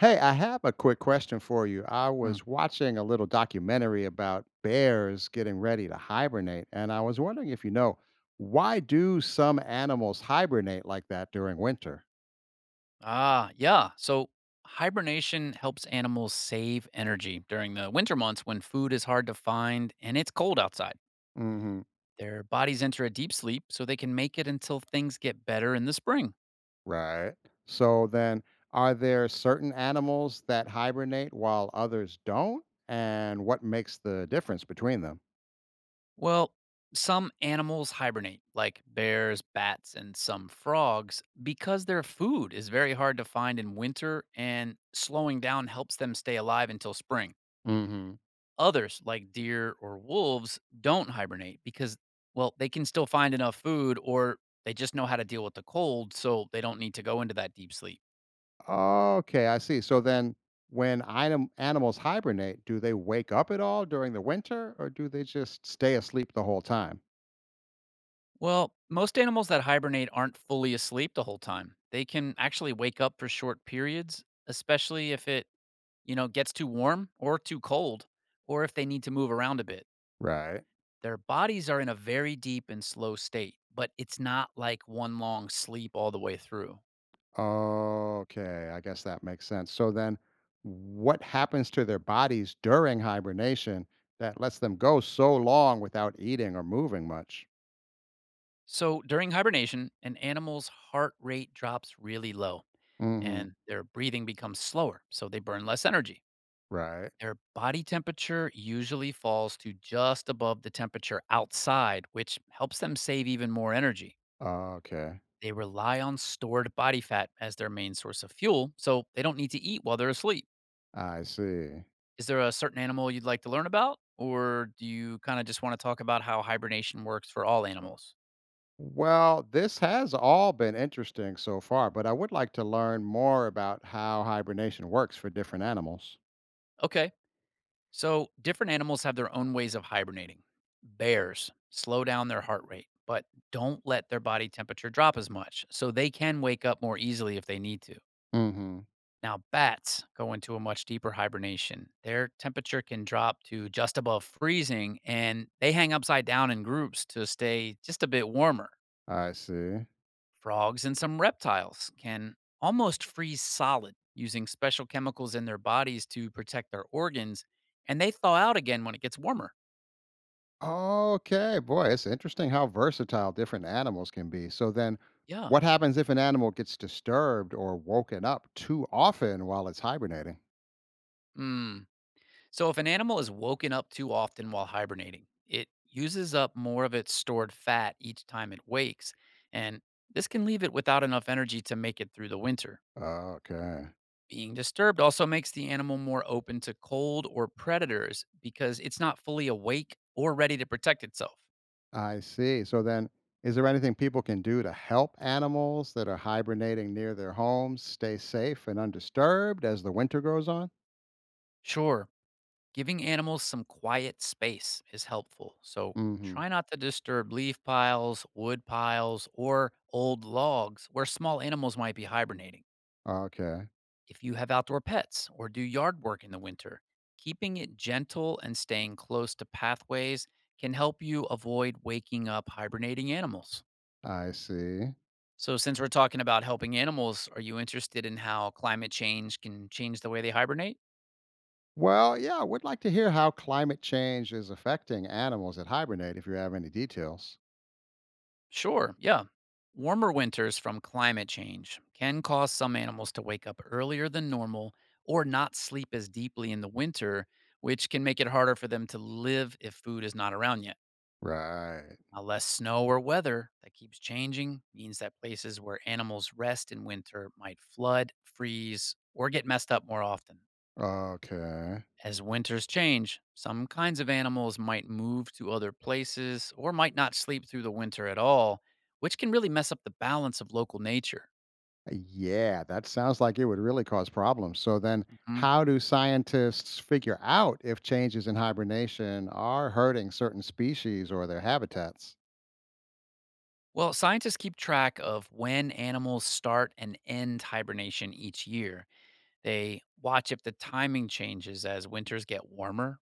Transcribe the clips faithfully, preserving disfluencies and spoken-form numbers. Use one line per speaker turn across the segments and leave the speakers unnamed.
Hey, I have a quick question for you. I
Mm.
was watching a little documentary about bears getting ready to hibernate, and I was wondering if you know why do some animals hibernate like that during winter?
Ah, yeah. So hibernation helps animals save energy during the winter months when food is hard to find and it's cold outside.
Hmm.
Their bodies enter a deep sleep so they can make it until things get better in the spring.
Right. So then, are there certain animals that hibernate while others don't, and what makes the difference between them?
Well, some animals hibernate, like bears, bats, and some frogs, because their food is very hard to find in winter and slowing down helps them stay alive until spring. Others, like deer or wolves, don't hibernate because, well, they can still find enough food or they just know how to deal with the cold, so they don't need to go into that deep sleep.
Okay, I see. So then when anim- animals hibernate, do they wake up at all during the winter or do they just stay asleep the whole time?
Well, most animals that hibernate aren't fully asleep the whole time. They can actually wake up for short periods, especially if it, you know, gets too warm or too cold, or if they need to move around a bit.
Right.
Their bodies are in a very deep and slow state, but it's not like one long sleep all the way through.
Okay, I guess that makes sense. So then what happens to their bodies during hibernation that lets them go so long without eating or moving much?
So during hibernation, an animal's heart rate drops really low
Mhm.
and their breathing becomes slower, so they burn less energy.
Right.
Their body temperature usually falls to just above the temperature outside, which helps them save even more energy.
Okay.
They rely on stored body fat as their main source of fuel, so they don't need to eat while they're asleep.
I see.
Is there a certain animal you'd like to learn about? Or do you kind of just want to talk about how hibernation works for all animals?
Well, this has all been interesting so far, but I would like to learn more about how hibernation works for different animals.
Okay. So, different animals have their own ways of hibernating. Bears slow down their heart rate, but don't let their body temperature drop as much, so they can wake up more easily if they need to.
Hmm.
Now, bats go into a much deeper hibernation. Their temperature can drop to just above freezing, and they hang upside down in groups to stay just a bit warmer.
I see.
Frogs and some reptiles can almost freeze solid using special chemicals in their bodies to protect their organs, and they thaw out again when it gets warmer.
Okay, boy, it's interesting how versatile different animals can be. So then,
Yeah.
what happens if an animal gets disturbed or woken up too often while it's hibernating?
Mm. So if an animal is woken up too often while hibernating, it uses up more of its stored fat each time it wakes, and this can leave it without enough energy to make it through the winter.
Okay,
Being disturbed also makes the animal more open to cold or predators because it's not fully awake or ready to protect itself.
I see. So then, is there anything people can do to help animals that are hibernating near their homes stay safe and undisturbed as the winter goes on?
Sure, giving animals some quiet space is helpful, so
Hmm.
try not to disturb leaf piles, wood piles, or old logs where small animals might be hibernating.
Okay,
If you have outdoor pets or do yard work in the winter, keeping it gentle and staying close to pathways can help you avoid waking up hibernating animals.
I see.
So, since we're talking about helping animals, are you interested in how climate change can change the way they hibernate?
Well, yeah, I would like to hear how climate change is affecting animals that hibernate if you have any details.
Sure, yeah. Warmer winters from climate change can cause some animals to wake up earlier than normal or not sleep as deeply in the winter, which can make it harder for them to live if food is not around yet.
Right.
Now, less snow or weather that keeps changing means that places where animals rest in winter might flood, freeze, or get messed up more often.
Okay.
As winters change, some kinds of animals might move to other places or might not sleep through the winter at all, which can really mess up the balance of local nature.
Yeah, that sounds like it would really cause problems. So then,
Mhm.
how do scientists figure out if changes in hibernation are hurting certain species or their habitats?
Well, scientists keep track of when animals start and end hibernation each year. They watch if the timing changes as winters get warmer.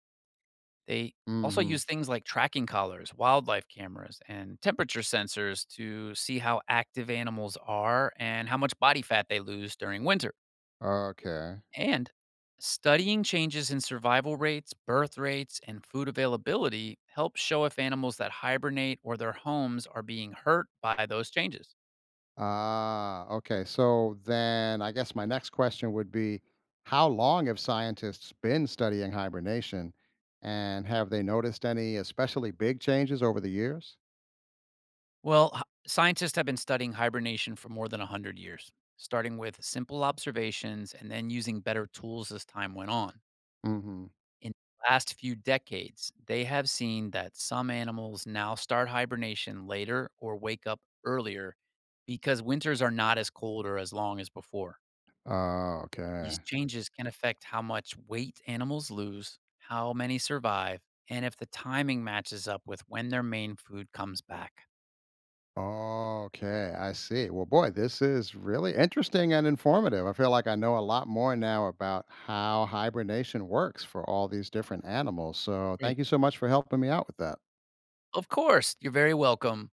They also
Hmm.
use things like tracking collars, wildlife cameras, and temperature sensors to see how active animals are and how much body fat they lose during winter.
Okay.
And studying changes in survival rates, birth rates, and food availability helps show if animals that hibernate or their homes are being hurt by those changes.
Ah, okay. So then I guess my next question would be how long have scientists been studying hibernation and have they noticed any especially big changes over the years?
Well, h- scientists have been studying hibernation for more than one hundred years, starting with simple observations and then using better tools as time went on.
Mm-hmm.
In the last few decades, they have seen that some animals now start hibernation later or wake up earlier because winters are not as cold or as long as before.
Oh,
These
okay.
changes can affect how much weight animals lose, how many survive, and if the timing matches up with when their main food comes back.
Okay, I see. Well, boy, this is really interesting and informative. I feel like I know a lot more now about how hibernation works for all these different animals. So thank
Great.
you so much for helping me out with that.
Of course, you're very welcome.